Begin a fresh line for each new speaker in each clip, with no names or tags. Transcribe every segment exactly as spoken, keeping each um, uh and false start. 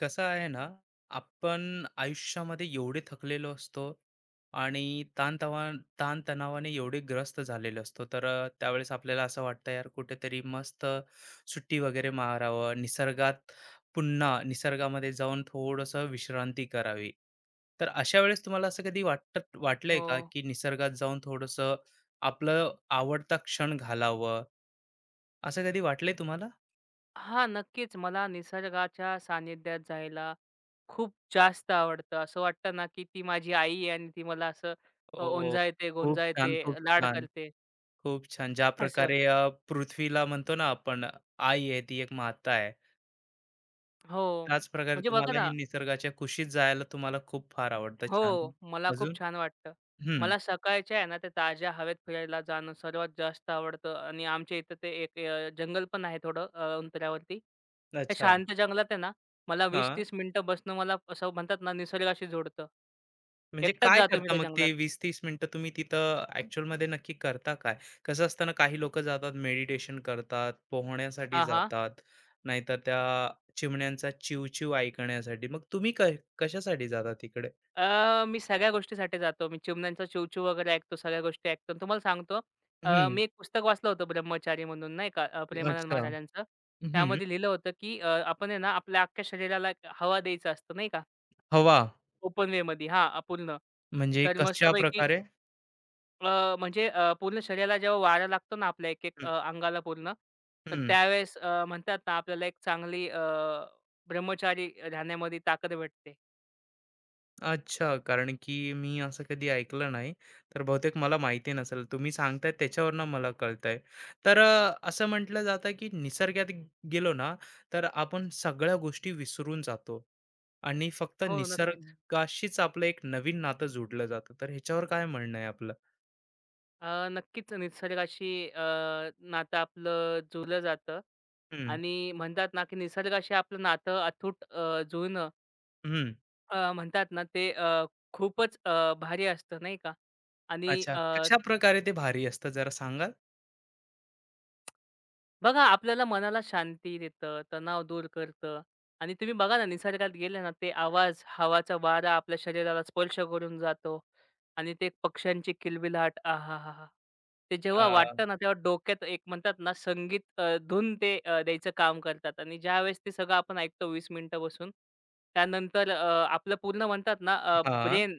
कसं आहे ना? आपण आयुष्यामध्ये एवढे थकलेलो असतो आणि ताणतवा ताणतणावाने एवढे ग्रस्त झालेलो असतो. तर अ, त्यावेळेस आपल्याला असं वाटतं यार कुठेतरी मस्त सुट्टी वगैरे मारावं निसर्गात, पुन्हा निसर्गामध्ये जाऊन थोडंसं विश्रांती करावी. तर अशा वेळेस तुम्हाला असं कधी वाटत वाटलंय
हो.
का, की निसर्गात जाऊन थोडंसं आपलं आवडता क्षण घालावं? असं कधी वाटलंय तुम्हाला?
हां, नक्कीच. मला निसर्गाच्या सानिध्यात जायला खूप जास्त आवडतं. असं वाटतं ना, की ती माझी आई आहे आणि ती मला असं अ,
ओ,
ओंजाळते,
खूप
गोंजाळते,
छान, खूप
लाड
छान.
करते
खूप छान. ज्या
असं.
प्रकारे अ, पृथ्वीला म्हणतो ना आपण, आई आहे, ती एक माता आहे.
हो.
त्याच प्रकारे
म्हणजे बघा
तुम्हाला ही
ना.
निसर्गाच्या कुशीत जायला तुम्हाला खूप फार आवडतं. छान.
हो, मला
अजून?
खूप छान वाटतं.
हं.
मला सकाळच्या आहे ना, ते ताज्या हवेत फिरायला जाणं सर्वात जास्त आवडतं आणि आमच्या इथं ते एक अ, जंगल पण आहे थोडं अ, अंतरावरती. त्या
अच्छा.
शांत जंगलात आहे ना, मला
हां.
वीस ते तीस मिनिटं बसणं मला असं म्हणतात ना, निसर्गाशी जोडतं.
म्हणजे
एकटाच
काय
जातो मी
करता
त्या
मग
जंगलात.
ते वीस ते तीस मिनिटं तुम्ही तिथं ॲक्चुअलमध्ये नक्की करता काय? कसं असतं ना, काही लोकं जातात मेडिटेशन करतात, पोहण्यासाठी
हां, हां.
जातात, नाहीतर त्या चिमण्यांचा चिवचिव ऐकण्यासाठी. मग तुम्ही क कशासाठी जाता तिकडे?
अ, मी सगळ्या गोष्टीसाठी जातो. मी चिमण्यांचा चिवचिव वगैरे ऐकतो, सगळ्या गोष्टी ऐकतो. आणि तुम्हाला सांगतो अ,
हं.
मी एक पुस्तक वाचलं होतं ब्रह्मचारी म्हणून नाही का अ, प्रेमानंद
अच्छा.
महाराजांचं.
हं.
त्यामध्ये लिहिलं होतं, की अ, आपण आहे ना आपल्या अख्ख्या शरीराला एक हवा द्यायचं असतं नाही का.
हवा.
ओपन वेमध्ये हां, अ, पूर्ण.
म्हणजे
तर मस्तपैकी
कशाप्रकारे?
अ, म्हणजे अ, पूर्ण शरीराला जेव्हा वारा लागतो ना आपल्या एक-एक
हं,
अ, अंगाला पूर्ण, तर
हं.
त्यावेळेस अ, म्हणतात ना आपल्याला एक चांगली अ, ब्रह्मचारी राहण्यामध्ये ताकद भेटते.
अच्छा, कारण की मी असं कधी ऐकलं नाही, तर बहुतेक मला माहिती नसेल. तुम्ही सांगताय त्याच्यावरनं मला कळतंय. तर अ, असं म्हटलं जातं, की निसर्गात गेलो ना, तर आपण सगळ्या गोष्टी विसरून जातो आणि फक्त
हो, नक्कीच.
निसर्गाशीच आपलं एक नवीन नातं जोडलं जातं. तर ह्याच्यावर काय म्हणणं आहे आपलं?
अ, नक्कीच निसर्गाशी अ, नातं आपलं जुळलं जातं
हं,
आणि म्हणतात ना, की निसर्गाशी आपलं नातं अथूट अ, जुळणं
हं.
अ, म्हणतात ना, ते अ, खूपच अ, भारी असतं नाही का? आणि
अच्छा,
अ,
कशाप्रकारे ते भारी असतं, जरा सांगाल?
बघा, आपल्याला मनाला शांती देतं, तणाव दूर करतं आणि तुम्ही बघा ना, निसर्गात गेले ना, ते आवाज, हवाचा वारा आपल्या शरीराला स्पर्श करून जातो आणि ते पक्ष्यांची किलबिलाट, आहाहाहा! ते
अ,
जेव्हा वाटतं ना, तेव्हा डोक्यात एक म्हणतात ना, संगीत अ, धून ते अ, द्यायचं काम करतात आणि ज्यावेळेस ते सगळं आपण ऐकतो वीस मिनिटं बसून, त्यानंतर अ, आपलं पूर्ण म्हणतात ना, अ,
हां.
ब्रेन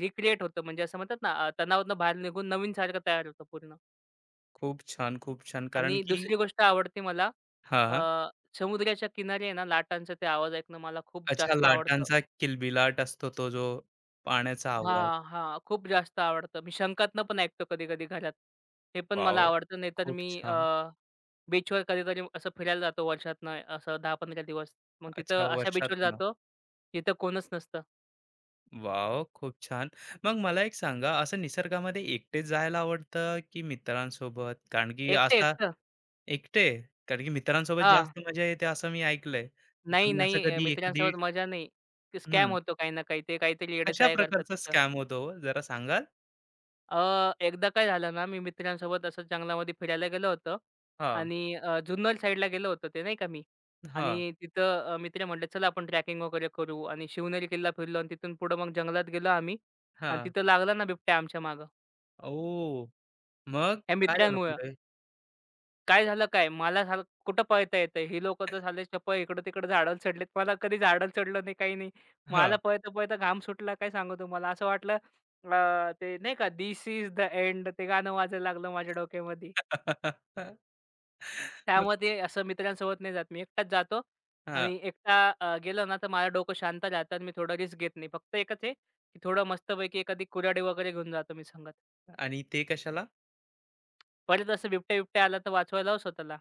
रिक्रिएट होतं. म्हणजे असं म्हणतात ना, अ, तणावातून बाहेर निघून नवीन सारखं तयार होतं पूर्ण.
खूप छान, खूप छान. कारण
आणि
की
दुसरी गोष्ट आवडते मला. अ,
हां.
समुद्राच्या किनारी आहे ना लाटांचा ते आवाज ऐकणं मला खूप
अच्छा,
जास्त आवडतं.
लाटांचा किलबिलाट असतो तो, जो पाण्याचा आवाज.
हां, हां. खूप जास्त आवडतं. मी शंकातनं पण ऐकतो कधी-कधी घरात. हे पण मला
वॉव!
आवडतं. नाहीतर
खूप
मी अ,
छान.
बीचवर कधीतरी असं फिरायला जातो वर्षातनं असं दहा ते पंधरा दिवस. मग
अच्छा,
तिथं अशा बीचवर
वर्षातनं.
जातो, तिथं कोणच नसतं.
वॉव! खूप छान. मग मला एक सांगा, असं निसर्गामध्ये एकटेच जायला आवडतं की मित्रांसोबत? कारण की असा
एकटं-एकटं.
एकटे? कारण की मित्रांसोबत
हां.
जास्त मजा येते असं मी ऐकलंय. तर
नाही,
तुम्ही असं
नाही. अ,
कधी एखादी
मित्रांसोबत मजा नाही. ते स्कॅम
हं,
होतो काही ना काही. ते काहीतरी
कशा
येडे करतात
प्रकारचा
तिथं.
स्कॅम होतो ओ? जरा सांगाल?
अ, एकदा काय झालं ना, मी मित्रांसोबत असंच जंगलामध्ये फिरायला गेलो होतो
हां,
आणि अ, जुन्नर साईडला गेलो होतो ते नाही का मी
हां,
आणि तिथं अ, मित्र म्हटले, "चला आपण ट्रॅकिंग वगैरे करू", आणि शिवनेरी किल्ला फिरलो आणि तिथून पुढं मग जंगलात गेलो आम्ही आणि
हां.
तिथं लागला ना बिबट्या आमच्या मागं,
ओह! मग
ह्या
काय झालं
मित्रांमुळं.
पुढे?
काय झालं काय, मला साल कुठं पळता येतंय, ही लोकं तर साले चपळ इकडं-तिकडं झाडाला चढलेत. मला कधी झाडाला चढलं नाही, काही नाही.
हां.
मला पळता-पळता घाम सुटला, काय सांगू तुम्हाला. असं वाटलं अ, ते नाही का, "धिस इज द एंड" ते गाणं वाजायला लागलं माझ्या डोक्यामध्ये.
मग
त्यामध्ये असं मित्रांसोबत नाही जात मी. एकटाच जातो
हां.
आणि एकटा अ, गेलो ना, तर माझं डोकं शांत राहतं आणि मी थोडं रिस्क घेत नाही. फक्त एकच आहे, की थोडं मस्तपैकी एखादी कुऱ्हाडी वगैरे घेऊन जातो मी संगत.
आणि ते कशाला?
परत असं बिबट्या-बिबट्या आला तर वाचवायला लाव स्वतःला.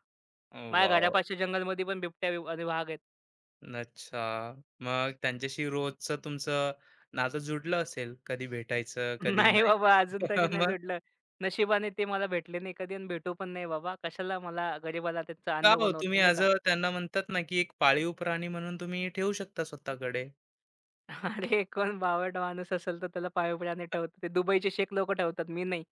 माझ्या
वॉव!
घरापाशी जंगलमध्ये पण बिबट्या बिब आणि वाघ आहेत.
अच्छा. मग त्यांच्याशी रोजचं तुमचं नातं जुडलं असेल. कधी भेटायचं, कधी
नाही
नाही.
बाबा, अजून तरी नाही
मग
जुडलं. नशिबाने ते मला भेटले नाही कधी आणि भेटू पण नाही बाबा. कशाला मला गरिबाला त्याचं
का
अन्न
हो
बनवतात
तुम्ही
नाही
ॲज
का.
अ त्यांना म्हणतात ना, की एक पाळीव प्राणी म्हणून तुम्ही ठेवू शकता स्वतःकडे?
अरे कोण बावळट माणूस असेल तर त्याला पाळीव प्राणी ठेवतात. ते दुबईचे शेख लोकं ठेवतात, मी नाही.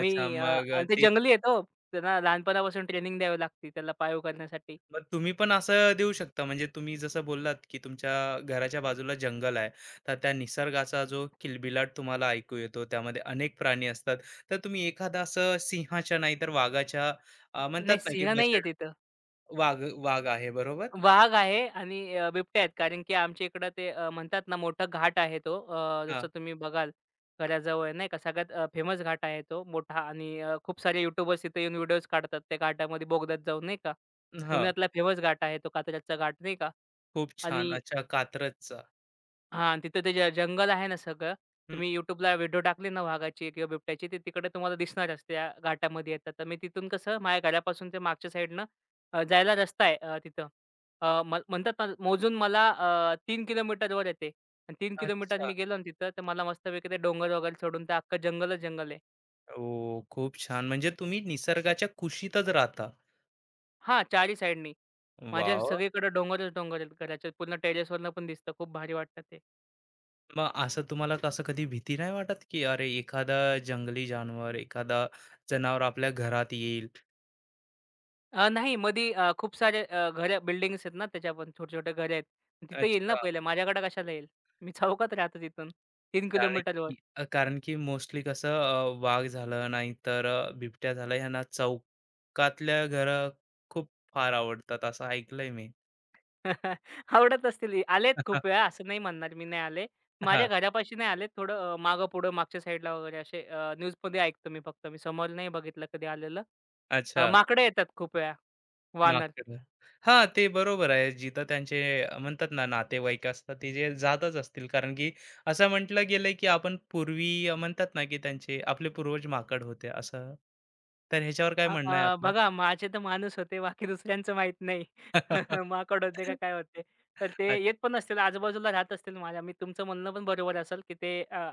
अच्छा
अ,
मग
आणि ते
ते,
जंगली आहेत तो त्यांना लहानपणापासून ट्रेनिंग द्यावी लागते त्याला पाळीव करण्यासाठी.
मग तुम्ही पण असं देऊ शकता. म्हणजे तुम्ही जसं बोललात, की तुमच्या घराच्या बाजूला जंगल आहे. तर त्या निसर्गाचा जो किलबिलाट तुम्हाला ऐकू येतो, त्यामध्ये अनेक प्राणी असतात. तर तुम्ही एखादा असं सिंहाच्या नाही तर वाघाच्या अ, म्हणतात
नाही
ना, की
सिंह नाहीये
बछड,
तिथं.
वाघ वाघ आहे बरोबर?
वाघ आहे आणि अ, बिबट्या आहेत. कारण की आमच्या इकडं ते अ, म्हणतात ना मोठा घाट आहे तो. अ,
हां,
जसं तुम्ही बघाल घराजवळ नाही का सगळ्यात फेमस घाट आहे तो मोठा आणि अ, खूप सारे यूट्यूबर्स तिथे येऊन व्हिडिओज काढतात त्या घाटामध्ये बोगद्यात जाऊन नाही का.
हां.
पुण्यातला फेमस घाट आहे तो कात्रजचा घाट नाही का.
खूप छान.
आणि
अच्छा कात्रजचा.
हां, आणि तिथं ते ज जंगल आहे ना सगळं.
हं.
तुम्ही YouTubeला व्हिडिओ टाकले ना वाघाची किंवा बिबट्याची, ते तिकडे तुम्हाला दिसणारच त्या घाटामध्ये येतात. तर मी तिथून कसं माझ्या घरापासून ते मागच्या साईडनं अ, जायला रस्ता आहे अ, तिथं. अ, म म्हणतात ना मोजून मला अ, तीन किलोमीटरवर येते आणि तीन किलोमीटर
अच्छा.
मी गेलो ना तिथं, तर मला मस्तपैकी ते डोंगर वगैरे सोडून ते अख्खं जंगलच जंगल आहे.
ओह! खूप छान. म्हणजे तुम्ही निसर्गाच्या कुशीतच राहता.
हां, चारही साईडनी. माझ्या
वॉव!
सगळीकडे डोंगरच डोंगर आहेत. घराच्या पूर्ण टेरेसवरनं पण दिसतं. खूप भारी वाटतं ते.
मग असं तुम्हाला कसं कधी भीती नाही वाटत, की अरे एखादा जंगली जानवर, एखादा जनावर आपल्या घरात येईल?
अ, नाही मधी अ, खूप सारे अ, घरं बिल्डिंग्स आहेत ना, त्याच्या पण छोटे-छोटे घरं आहेत. तिथं येईल ना
अच्छा.
पहिले, माझ्याकडे कशाला येईल? मी चौकात राहतो तिथून तीन
कारण
किलोमीटरवर.
की अ, कारण की मोस्टली कसं अ, वाघ झालं, नाहीतर अ, बिबट्या झाला, ह्यांना चौकातल्या घरं खूप फार आवडतात असं ऐकलंय मी.
आवडत असतील. ही. आलेत खूप वेळा असं नाही म्हणणार, मी नाही आले. माझ्या
हां.
घरापाशी नाही आले. थोडं अ, मागं-पुढं मागच्या साईडला वगैरे असे अ, न्यूजमध्ये ऐकतो मी फक्त. मी समोर नाही बघितलं कधी आलेलं. अ,
अच्छा.
माकडे येतात खूप वेळा, वानर.
मागचं. हां, ते बरोबर आहे. जिथं त्यांचे अ, म्हणतात ना, नातेवाईक असतात, ते जे जातच असतील. कारण की असं म्हटलं गेलंय, की आपण पूर्वी अ, म्हणतात ना, की त्यांचे आपले पूर्वज माकड होते असं. तर ह्याच्यावर काय
अ,
म्हणणं आहे
अ,
आपलं?
बघा माझे तर माणूस होते, बाकी दुसऱ्यांचं माहीत नाही. माकड होते का काय होते. तर ते येत पण नसतील, आजूबाजूला राहत असतील माझ्या. मी तुमचं म्हणणं पण बरोबर असेल, की ते अ,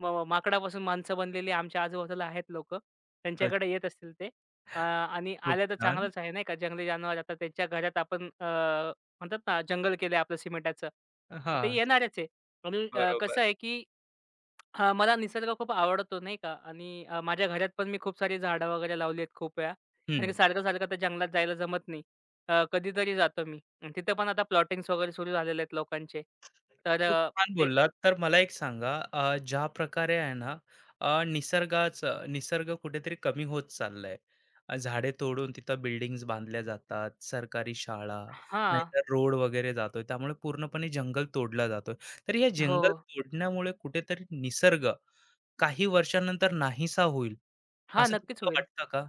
म माकडापासून माणसं बनलेली आमच्या आजूबाजूला आहेत लोक,
अच्छा,
त्यांच्याकडे येत असतील ते. अ, आणि
खूप
आल्या तर
छान.
चांगलंच आहे नाही का. जंगली जनावर आता त्यांच्या घरात आपण अ, म्हणतात ना जंगल केलंय आपलं सिमेंटाचं. तर ते
हां,
येणारच आहे. आणि अ,
बरोबर.
कसं आहे, की हां, मला निसर्ग खूप आवडतो नाही का आणि अ, माझ्या घरात पण मी खूप सारी झाडं वगैरे लावली आहेत खूप वेळा.
हं.
आणि सारखं-सारखं त्या जंगलात जायला जमत नाही. अ, कधीतरी जातो मी. अन् तिथं पण आता प्लॉटिंग्स वगैरे सुरू झालेले आहेत लोकांचे. तर
खूप
अ,
छान
ते
बोललात. तर मला एक सांगा, अ, ज्या प्रकारे आहे ना, अ, निसर्गाचं निसर्ग कुठेतरी कमी होत चाललाय. अ, झाडे तोडून तिथं बिल्डिंग्स बांधल्या जातात, सरकारी शाळा,
हां.
नाहीतर रोड वगैरे जातोय. त्यामुळे पूर्णपणे जंगल तोडला जातोय. तर या
हो.
जंगल तोडण्यामुळे कुठेतरी निसर्ग काही वर्षानंतर नाहीसा होईल,
हां,
असं
नक्कीच
तुम्हाला
होईल.
वाटतं का?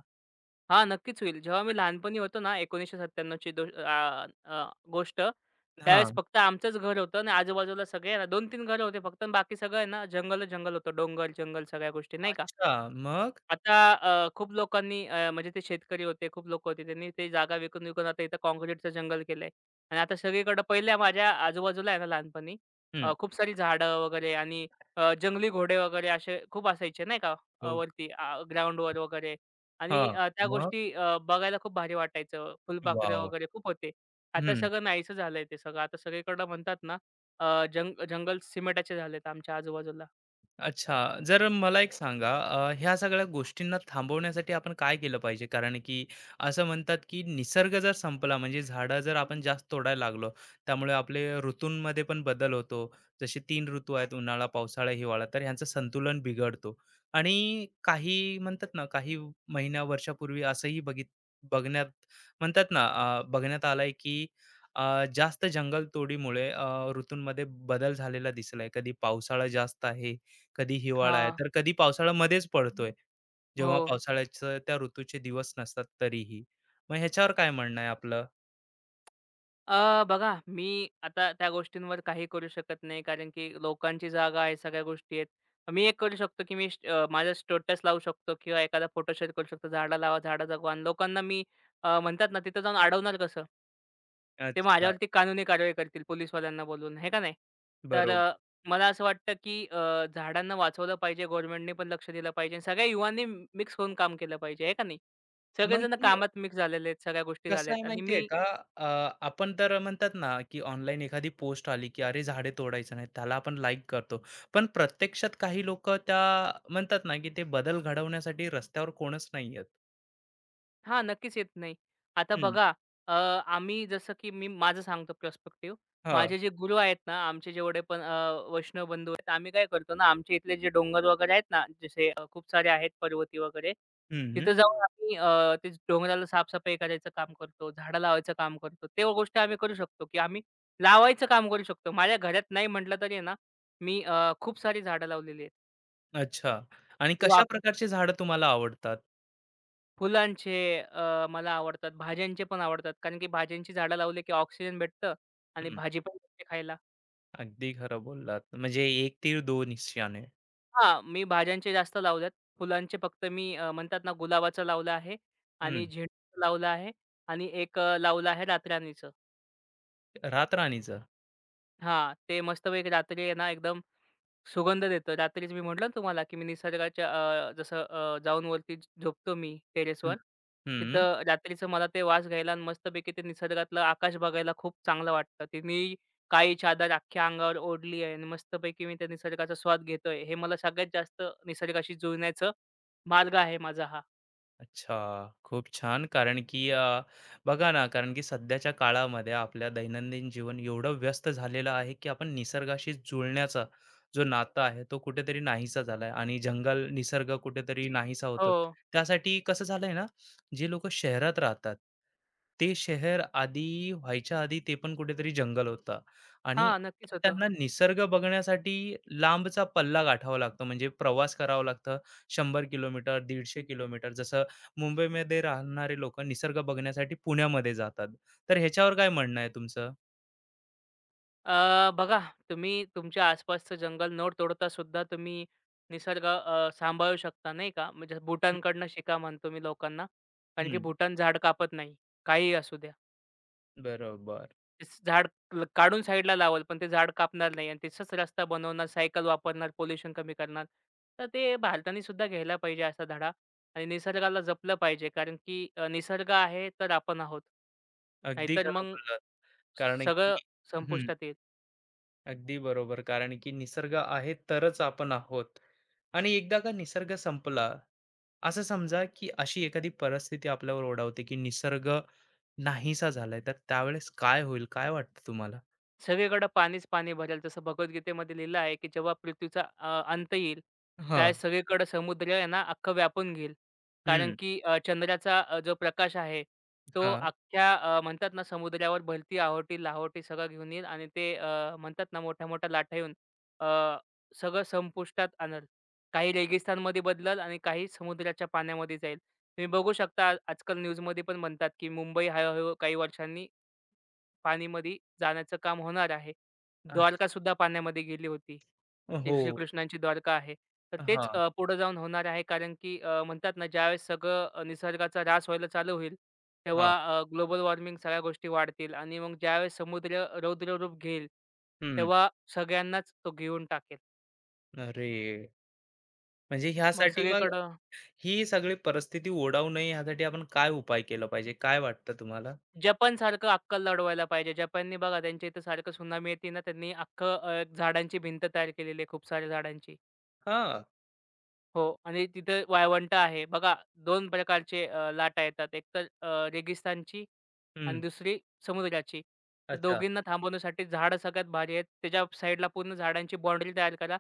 हां, नक्कीच होईल. जेव्हा मी
आणि
लहानपणी होतो ना एकोणीसशे सत्याण्णव ची दो अ, अ, गोष्ट, त्यावेळेस
हां.
फक्त आमचंच घर होतं आणि आजूबाजूला सगळे ना दोन तीन घरं होते फक्त आणि बाकी सगळं आहे ना जंगलच जंगल होतं. डोंगर, जंगल सगळ्या गोष्टी नाही का?
अच्छा. मग?
आता अ, खूप लोकांनी अ, म्हणजे ते शेतकरी होते, खूप लोकं होते. त्यांनी ते जागा विकून-विकून आता इथं काँक्रीटचं जंगल केलंय आणि आता सगळीकडं पहिल्या माझ्या आजूबाजूला आहे ना लहानपणी अ,
हं.
खूप सारी झाडं वगैरे आणि अ, जंगली घोडे वगैरे असे खूप असायचे नाही का अ,
हो.
वरती ग्राउंडवर वगैरे आणि
हां.
अ, त्या
मग?
गोष्टी अ, बघायला खूप भारी वाटायचं. फुलपाखरं
वॉव!
वगैरे खूप होते. आता सगळं नाहीसं झालंय ते सगळं. आता सगळीकडं म्हणतात ना अ, जंग जंगल सिमेंटाचे झालेत आमच्या आजूबाजूला.
अच्छा. जर मला एक सांगा, अ, ह्या सगळ्या गोष्टींना थांबवण्यासाठी आपण काय केलं पाहिजे? कारण की असं म्हणतात, की निसर्ग जर संपला, म्हणजे झाडं जर आपण जास्त तोडायला लागलो, त्यामुळे आपले ऋतूंमध्ये पण बदल होतो. जसे तीन ऋतू आहेत, उन्हाळा, पावसाळा, हिवाळा. तर ह्यांचं संतुलन बिघडतो. आणि काही म्हणतात ना, काही महिन्या वर्षापूर्वी असंही बघित बघण्यात म्हणतात ना, अ, बघण्यात आलंय, की अ, जास्त जंगलतोडीमुळे अ, ऋतूंमध्ये बदल झालेला दिसलाय. कधी पावसाळा जास्त आहे, कधी हिवाळा आहे,
हां.
तर कधी पावसाळ्यामध्येच पडतोय,
हो.
जेव्हा पावसाळ्याचं त्या ऋतूचे दिवस नसतात तरीही. मग ह्याच्यावर काय म्हणणं आहे आपलं?
अ, बघा, मी आता त्या गोष्टींवर काही करू शकत नाही कारण की लोकांची जागा आहे, सगळ्या गोष्टी आहेत. मी एक करू शकतो, की मी स्ट अ, माझा स्टेटस लावू शकतो किंवा एखादा फोटो शेअर करू शकतो. झाडं लावा, झाडं जगवा. आणि लोकांना मी अ, म्हणतात ना तिथं जाऊन अडवणार कसं? ते
अच्छा,
माझ्यावरती कानूनी कारवाई करतील पोलिसवाल्यांना बोलवून, आहे का नाही? तर अ,
बरोबर.
मला असं वाटतं, की अ, झाडांना वाचवलं पाहिजे. गव्हर्नमेंटने पण लक्ष दिलं पाहिजे. आणि सगळ्या युवांनी मिक्स होऊन काम केलं पाहिजे, आहे का नाही?
मग
सगळेजण
हे
कामात मिक्स झालेले आहेत, सगळ्या गोष्टी झाल्या
कसं आहे
आहेत आणि
माहिती आहे
मी.
का? अ, आपण तर म्हणतात ना, की ऑनलाईन एखादी पोस्ट आली, की "अरे, झाडे तोडायचं नाही." त्याला आपण लाईक करतो. पण प्रत्यक्षात काही लोकं त्या म्हणतात ना, की ते बदल घडवण्यासाठी रस्त्यावर कोणच नाही आहेत.
हां, नक्कीच येत नाही. आता
हं,
बघा, अ, आम्ही जसं, की मी माझं सांगतो पर्स्पेक्टिव्ह.
हां.
माझे जे गुरु आहेत ना, आमचे जेवढे पण अ, वैष्णव बंधू आहेत, आम्ही काय करतो ना, आमच्या इथले जे डोंगर वगैरे आहेत ना, जसे अ, खूप सारे आहेत पर्वती वगैरे,
हं,
तिथं जाऊन आम्ही अ, ते डोंगराला साफसफाई करायचं काम करतो, झाडं लावायचं काम करतो. ते गोष्टी आम्ही करू शकतो, की आम्ही लावायचं काम करू शकतो. माझ्या घरात नाही म्हटलं तरी आहे ना, मी अ, खूप सारी झाडं लावलेली
अच्छा. आणि कशा
आहेत.
प्रकारची झाडं तुम्हाला आवडतात?
फुलांचे अ, मला आवडतात. भाज्यांचे पण आवडतात. कारण की भाज्यांची झाडं लावली की ऑक्सिजन भेटतं आणि भाजी पण भेटते खायला.
अगदी खरं बोललात. म्हणजे एक तीर दोन निशाणे.
हां, मी भाज्यांचे जास्त लावल्यात. फुलांचे फक्त मी अ, म्हणतात ना गुलाबाचं लावलं आहे आणि
हं.
झेंडूचं लावलं आहे आणि एक अ, लावलं आहे रातराणीचं.
रातराणीचं.
हां, ते मस्तपैकी रात्री आहे ना एकदम सुगंध देतं. रात्रीच मी म्हटलं ना तुम्हाला, की मी निसर्गाच्या अ, जसं अ, जाऊन वरती झ- झोपतो मी
हं.
टेरेसवर.
हं.
तिथं रात्रीचं मला ते वास घ्यायला आणि मस्तपैकी ते निसर्गातलं आकाश बघायला खूप चांगलं वाटतं. ते मी काळी चादर अख्ख्या अंगावर ओढली आहे आणि मस्तपैकी मी त्या निसर्गाचा स्वाद घेतोय. हे मला सगळ्यात जास्त निसर्गाशी जुळण्याचं मार्ग आहे माझा हा.
अच्छा, खूप छान. कारण की अ, बघा ना, कारण की सध्याच्या काळामध्ये आपल्या दैनंदिन जीवन एवढं व्यस्त झालेलं आहे, की आपण निसर्गाशी जुळण्याचा जो नाता आहे, तो कुठेतरी नाहीसा झाला आहे आणि जंगल, निसर्ग कुठेतरी नाहीसा होतोय.
हो.
त्यासाठी कसं झालंय ना, जे लोकं शहरात राहतात, ते शहर आधी व्हायच्या आधी ते पण कुठेतरी जंगल होतं आणि
हां, नक्कीच होतं.
त्यांना निसर्ग बघण्यासाठी लांबचा पल्ला गाठावा लागतो. म्हणजे प्रवास करावा लागतं शंभर किलोमीटर, दीडशे किलोमीटर. जसं मुंबईमध्ये राहणारे लोक निसर्ग बघण्यासाठी पुण्यामध्ये जातात. तर ह्याच्यावर काय म्हणणं आहे तुमचं?
अ, बघा, तुम्ही तुमच्या आसपासचं जंगल न तोडता सुद्धा तुम्ही निसर्ग अ, सांभाळू शकता नाही का? म्हणजे
हं,
भूटानकडनं शिका म्हणतो मी लोकांना. कारण की
हं.
भूटान झाड कापत नाही. काहीही असू द्या.
बरोबर.
तेच झाड ल काढून साईडला लावल, पण ते झाड कापणार नाही आणि तिथंच रस्ता बनवणार, सायकल वापरणार, पोल्युशन कमी करणार. तर ते भारताने सुद्धा घ्यायला पाहिजे असा धडा आणि निसर्गाला जपलं पाहिजे. कारण की अ, निसर्ग आहे तर आपण आहोत.
अगदी
नाहीतर
खरं
मग
बोललात. कारण
सगळं
की हं.
संपुष्टात येईल.
अगदी बरोबर. कारण की निसर्ग आहे तरच आपण आहोत. आणि एकदा का निसर्ग संपला, असं समजा, की अशी एखादी परिस्थिती आपल्यावर ओढावते की निसर्ग नाहीसा झालाय, तर त्यावेळेस काय होईल? काय वाटतं तुम्हाला?
सगळीकडे पाणीच पाणी भरेल. जसं भगवद्गीतेमध्ये लिहिलं आहे, की जेव्हा पृथ्वीचा अ, अंत येईल,
हां.
त्यावेळेस सगळीकडे समुद्र आहे ना अख्खं व्यापून घेईल. कारण
हं.
की अ, चंद्राचा अ, जो प्रकाश आहे, तो
हां.
अख्ख्या अ, म्हणतात ना समुद्रावर भलती आहोटी, लाहोटी सगळं घेऊन येईल आणि ते अ, म्हणतात ना मोठ्या-मोठ्या लाटा येऊन अ, सगळं संपुष्टात आणेल. काही रेगिस्तानमध्ये बदलेल आणि काही समुद्राच्या पाण्यामध्ये जाईल. तुम्ही बघू शकता आज- आजकाल न्यूजमध्ये पण म्हणतात, की मुंबई हळू-हळू काही वर्षांनी पाणीमध्ये जाण्याचं काम होणार आहे. द्वारकासुद्धा पाण्यामध्ये गेली होती.
अ,
जी
हो.
श्रीकृष्णांची द्वारका आहे. तर तेच
हां,
अ, पुढे जाऊन होणार आहे कारण की अ, म्हणतात ना ज्यावेळेस सगळं अ, निसर्गाचा ऱ्हास व्हायला चालू होईल,
हां.
तेव्हा ग्लोबल वॉर्मिंग सगळ्या गोष्टी वाढतील आणि मग ज्यावेळेस समुद्र रौद्र रूप घेईल,
हं.
तेव्हा सगळ्यांनाच तो घेऊन टाकेल.
अरे! म्हणजे
मग
ह्यासाठी मग
सगळीकडं
ही सगळी परिस्थिती ओढावू नये ह्यासाठी आपण काय उपाय केला पाहिजे? काय वाटतं तुम्हाला?
जपानसारखं अक्कल लढवायला पाहिजे. जपाननी बघा त्यांच्या इथं सारखं सुनामी येते ना, त्यांनी अख्खं अ, एक झाडांची भिंत तयार केलेली आहे खूप साऱ्या झाडांची.
हां.
हो आणि तिथे वाळवंट आहे. बघा, दोन प्रकारचे अ, लाटा येतात. एकतर अ, रेगिस्तानची आणि
हं.
दुसरी समुद्राची. तर
अच्छा.
दोघींना थांबवण्यासाठी झाडं सगळ्यात भारी आहेत. त्याच्या साईडला पूर्ण झाडांची बाउंडरी तयार करा.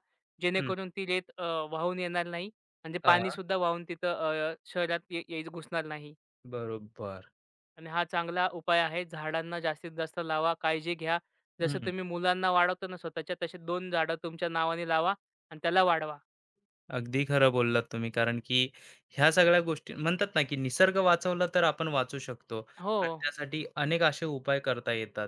हं.
जेणेकरून ती रेत अ, वाहून येणार नाही आणि ते
हां.
पाणीसुद्धा वाहून तिथं अ, शहरात ये ये घुसणार नाही.
बरोबर.
आणि हा चांगला उपाय आहे. झाडांना जास्तीत जास्त लावा, काळजी घ्या. जसं
हं.
तुम्ही मुलांना वाढवता ना स्वतःच्या, तसे दोन झाडं तुमच्या नावाने लावा आणि त्याला वाढवा.
अगदी खरं बोललात तुम्ही. कारण की ह्या सगळ्या गोष्टी म्हणतात ना, की निसर्ग वाचवला तर आपण वाचू शकतो
हो,
आणि त्यासाठी अनेक असे उपाय करता येतात.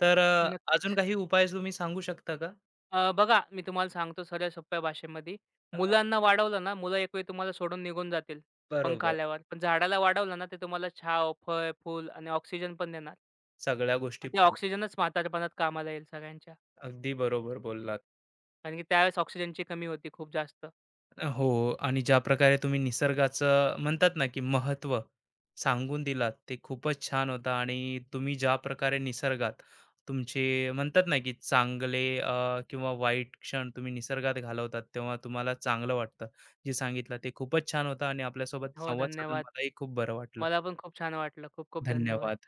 तर अ, अजून
नक्कीच.
काही उपाय तुम्ही सांगू शकता का?
अ, बघा, मी तुम्हाला सांगतो सरळ सोप्या भाषेमध्ये. मुलांना
हां.
वाढवलं ना, मुलं एक वेळ तुम्हाला सोडून निघून जातील पंखा
बरोबर.
आल्यावर. पण झाडाला वाढवलं ना, ते तुम्हाला छाव, फळ, फूल आणि ऑक्सिजन पण देणार.
सगळ्या गोष्टी
आणि ते
पूर्ण.
ऑक्सिजनच म्हातारपणात कामाला येईल सगळ्यांच्या.
अगदी बरोबर बोललात.
कारण की त्यावेळेस ऑक्सिजनची कमी होती खूप जास्त.
हो. आणि ज्या प्रकारे तुम्ही निसर्गाचं म्हणतात ना, की महत्त्व सांगून दिलात, ते खूपच छान होतं. आणि तुम्ही ज्या प्रकारे निसर्गात तुमचे म्हणतात ना, की चांगले अ, किंवा वाईट क्षण तुम्ही निसर्गात घालवतात तेव्हा तुम्हाला चांगलं वाटतं. जे सांगितलं ते खूपच छान होतं आणि आपल्यासोबत
हो,
संवाद साधून
धन्यवाद.
मलाही खूप बरं वाटलं.
मला पण खूप छान वाटलं. खूप खूप धन्यवाद.
धन्यवाद.